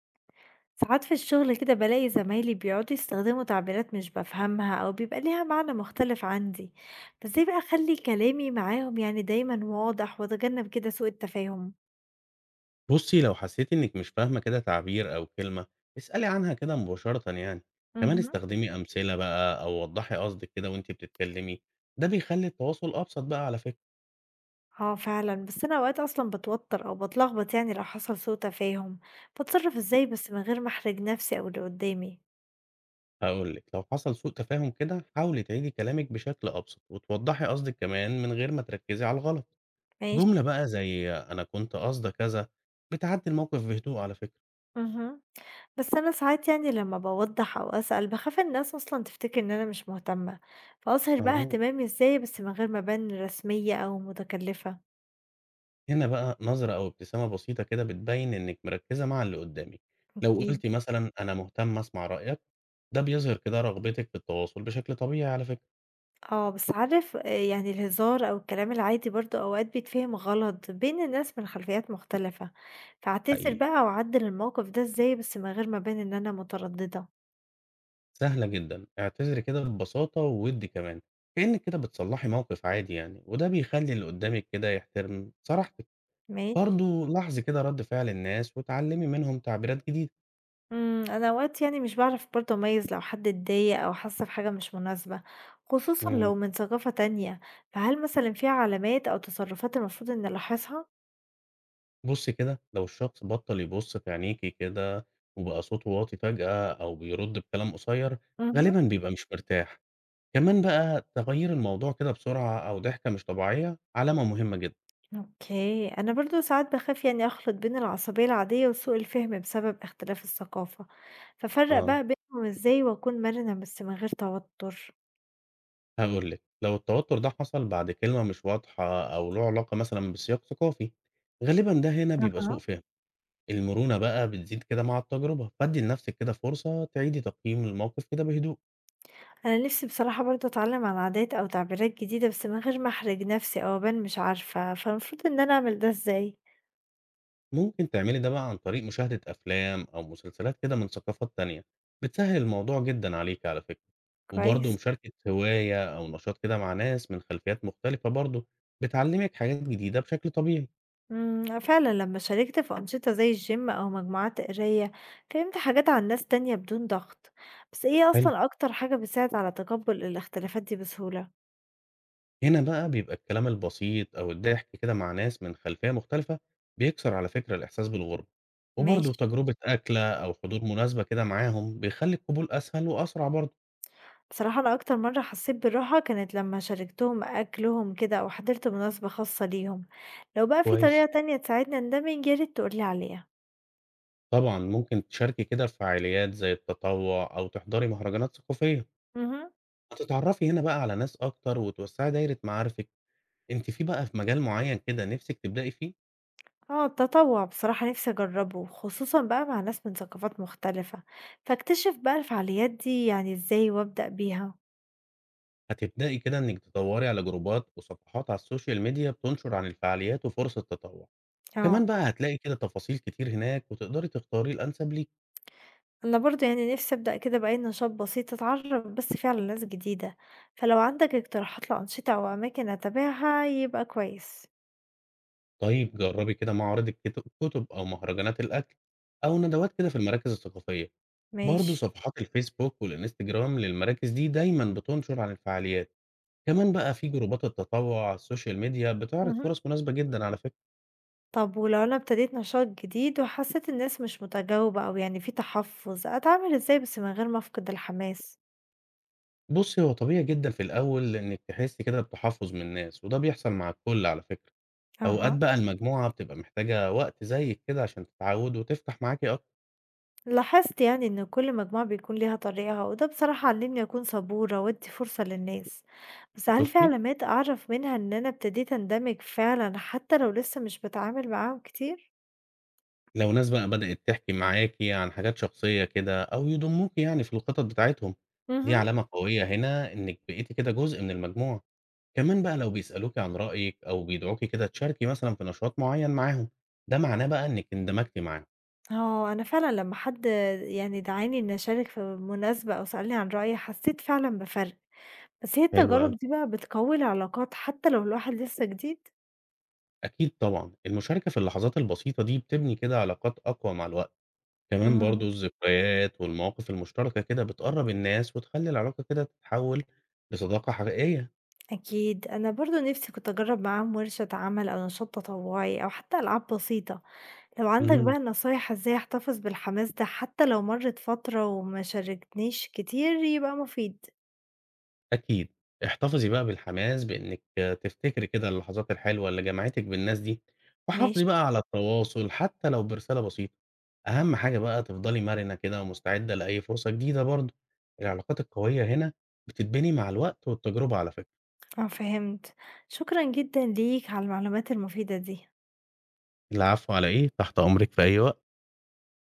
ساعات في الشغل كده بلاقي زمايلي بيقعدوا يستخدموا تعبيرات مش بفهمها أو بيبقى ليها معنى مختلف عندي. فازاي بقى أخلي كلامي معاهم يعني دايما واضح وأتجنب كده سوء التفاهم؟ بُصّي، لو حسّيتِ إنِّك مش فاهمة كده تعبير أو كلمة، اسألي عنها كده مباشرةً يعني، كمان مهم. استخدمي أمثلة بقى أو وضّحي قصدِك كده وأنتِ بتتكلمي، ده بيخلّي التواصل أبسط بقى على فكرة. اه فعلا، بس أنا أوقات أصلا بتوتر أو بتلخبط، يعني لو حصل سوء تفاهم بتصرف ازاي بس من غير ما أحرج نفسي أو اللي قدامي؟ هاقول لِك، لو حصل سوء تفاهم كده، حاولي تعيدي كلامِك بشكل أبسط وتوضّحي قصدِك كمان من غير ما تركّزي على الغلط. ماشي. جملة بقى زي أنا كنت قصدي كذا، بتعدّي الموقف بهدوء على فكرة. مهم. بس أنا ساعات يعني لمّا باوضّح أو أسأل باخاف الناس أصلًا تفتكر إن أنا مش مهتمة، فأظهر بقى آه. اهتمامي إزاي بس من غير ما أبان رسمية أو متكلفة؟ هنا بقى نظرة أو ابتسامة بسيطة كده بتبين إنِك مركزة مع اللي قدامك، لو أكيد. قُلتِ مثلًا أنا مهتمة أسمع رأيك، ده بيظهر كده رغبتِك في التواصل بشكل طبيعي على فكرة، آه، بس عارف يعني الهزار أو الكلام العادي برضه أوقات بيتفهم غلط بين الناس من خلفيات مختلفة، فأعتذر حقيقي، بقى وأعدّل الموقف ده إزاي بس من غير ما أبان إن أنا مترددة؟ سهلة جدًا، اعتذري كده ببساطة ووِدّ كمان، كإنِك كده بتصلّحي موقف عادي يعني، وده بيخلّي اللي قدامك كده يحترم صراحتِك، ماشي. برضه لاحظي كده رد فعل الناس واتعلمي منهم تعبيرات جديدة. إمم، أنا أوقات يعني مش باعرف برضه أميّز لو حد اتضايق أو حس بحاجة مش مناسبة، خصوصًا إمم. لو من ثقافة تانية، فهل مثلًا في علامات أو تصرفات المفروض إني ألاحظها؟ بُصّي كده، لو الشخص بطّل يبُص في عينيكِ كده وبقى صوته واطي فجأة أو بيرُد بكلام قصير، اهم. غالبًا بيبقى مش مرتاح. كمان بقى تغيير الموضوع كده بسرعة أو ضحكة مش طبيعية علامة مهمة جدًا. أوكي، أنا برضه ساعات باخاف يعني أخلط بين العصبية العادية وسوء الفهم بسبب اختلاف الثقافة، فأفرّق آه. بقى بينهم إزاي وأكون مرنة بس من غير توتر؟ هاقول لِك، لو التوتر ده حصل بعد كلمة مش واضحة أو له علاقة مثلًا بسياق ثقافي، غالبًا ده هنا بيبقى سوء أها. فهم. المرونة بقى بتزيد كده مع التجربة، فادّي لنفسِك كده فرصة تعيدي تقييم الموقف كده بهدوء. أنا نفسي بصراحة برضه أتعلم عن عادات أو تعبيرات جديدة بس من غير ما أحرج نفسي أو أبان مش عارفة، فالمفروض إن أنا أعمل ده إزاي؟ ممكن تعملي ده بقى عن طريق مشاهدة أفلام أو مسلسلات كده من ثقافات تانية بتسهل الموضوع جدا عليك على فكرة. وبرضه كويس. مشاركة هواية أو نشاط كده مع ناس من خلفيات مختلفة برضه بتعلمك حاجات جديدة بشكل طبيعي. إمم، فعلًا لمّا شاركت في أنشطة زي الgym أو مجموعات قراية، فهمت حاجات عن ناس تانية بدون ضغط، بس إيه حلو. أصلًا أكتر حاجة بتساعد على تقبُّل الاختلافات دي بسهولة؟ هنا بقى بيبقى الكلام البسيط أو الضحك كده مع ناس من خلفية مختلفة بيكسر على فكرة الإحساس بالغربة. وبرضه ماشي. تجربة أكلة أو حضور مناسبة كده معاهم بيخلي القبول أسهل وأسرع برضه. بصراحة أنا أكتر مرّة حسّيت بالراحة كانت لمّا شاركتهم أكلهم كده أو حضرت مناسبة خاصة ليهم، لو بقى في طريقة كويس. تانية تساعدني أندمج يا ريت تقول لي عليها. طبعًا، ممكن تشاركي كده في فعاليات زي التطوع أو تحضري مهرجانات ثقافية، اهم. هتتعرفي هنا بقى على ناس أكتر وتوسّعي دايرة معارفِك، أنتِ في بقى في مجال معين كده نِفْسِك تبدئي فيه؟ آه، التطوع بصراحة نِفْسي أجرّبه، خصوصًا بقى مع ناس من ثقافات مختلفة، فاكتشف بقى الفعاليات دي يعني إزاي وأبدأ بيها؟ هتبدئي كده إنِّك تدوّري على جروبات وصفحات على السوشيال ميديا بتنشر عن الفعاليات وفرص التطوع، كمان آه. بقى هتلاقي كده تفاصيل كتير هناك وتقدري تختاري الأنسب ليكِ. أنا برضه يعني نفسي أبدأ كده بأي نشاط بسيط أتعرف بس فيه على ناس جديدة، فلو عندك اقتراحات لأنشطة أو أماكن أتابعها يبقى كويس. طيب جربي كده معارض الكتب أو مهرجانات الأكل أو ندوات كده في المراكز الثقافية. برضه ماشي. صفحات الفيسبوك والإنستجرام للمراكز دي دايما بتنشر عن الفعاليات. كمان بقى في جروبات التطوع على السوشيال ميديا بتعرض مهم. فرص مناسبة جدا على فكرة. طب ولو أنا ابتديت نشاط جديد وحسيت الناس مش متجاوبة أو يعني في تحفظ، أتعامل إزاي بس من غير ما أفقد الحماس؟ بصي هو طبيعي جدا في الأول إنك تحسي كده بتحفظ من الناس وده بيحصل مع الكل على فكرة. أوقات أها. بقى المجموعة بتبقى محتاجة وقت زيك كده عشان تتعود وتفتح معاكي أكتر. لاحظت يعني إن كل مجموعة بيكون ليها طريقها، وده بصراحة علمني أكون صبورة وأدي فرصة للناس، بس هل في شفتي؟ علامات أعرف منها إن أنا ابتديت أندمج فعلا حتى لو لسه مش بتعامل معاهم كتير؟ لو ناس بقى بدأت تحكي معاكِ عن حاجات شخصية كده أو يضموكِ يعني في الخطط بتاعتهم، دي اهم. علامة قوية هنا إنِّك بقيتِ كده جزء من المجموعة. كمان بقى لو بيسألوكِ عن رأيِك أو بيدعوكِ كده تشاركي مثلًا في نشاط معيّن معاهم، ده معناه بقى إنِّك اندمجتِ معاهم. آه، أنا فعلًا لمّا حد يعني دعاني إني أشارك في مناسبة أو سألني عن رأيي، حسيت فعلًا بفرق، بس هي حلو التجارب أوي. دي بقى بتقوي العلاقات حتى لو الواحد لسه جديد؟ أكيد طبعًا، المشاركة في اللحظات البسيطة دي بتبني كده علاقات أقوى مع الوقت. كمان برضه اهم. الذكريات والمواقف المشتركة كده بتقرّب الناس وتخلّي العلاقة كده تتحول لصداقة حقيقية. أكيد، أنا برضه نفسي كنت أجرب معاهم ورشة عمل أو نشاط تطوعي أو حتى ألعاب بسيطة، لو عندك اهم. بقى نصايح إزاي أحتفظ بالحماس ده حتى لو مرت فترة وما شاركنيش كتير يبقى مفيد. أكيد، احتفظي بقى بالحماس بإنِّك تفتكري كده اللحظات الحلوة اللي جمعتِك بالناس دي، وحافظي ماشي، بقى على التواصل حتى لو برسالة بسيطة، أهم حاجة بقى تفضلي مرنة كده ومستعدة لأي فرصة جديدة برضه، العلاقات القوية هنا بتتبني مع الوقت والتجربة على فكرة. آه فهمت، شكرًا جدًا ليك على المعلومات المفيدة دي. العفو على إيه، تحت أمرِك في أي وقت.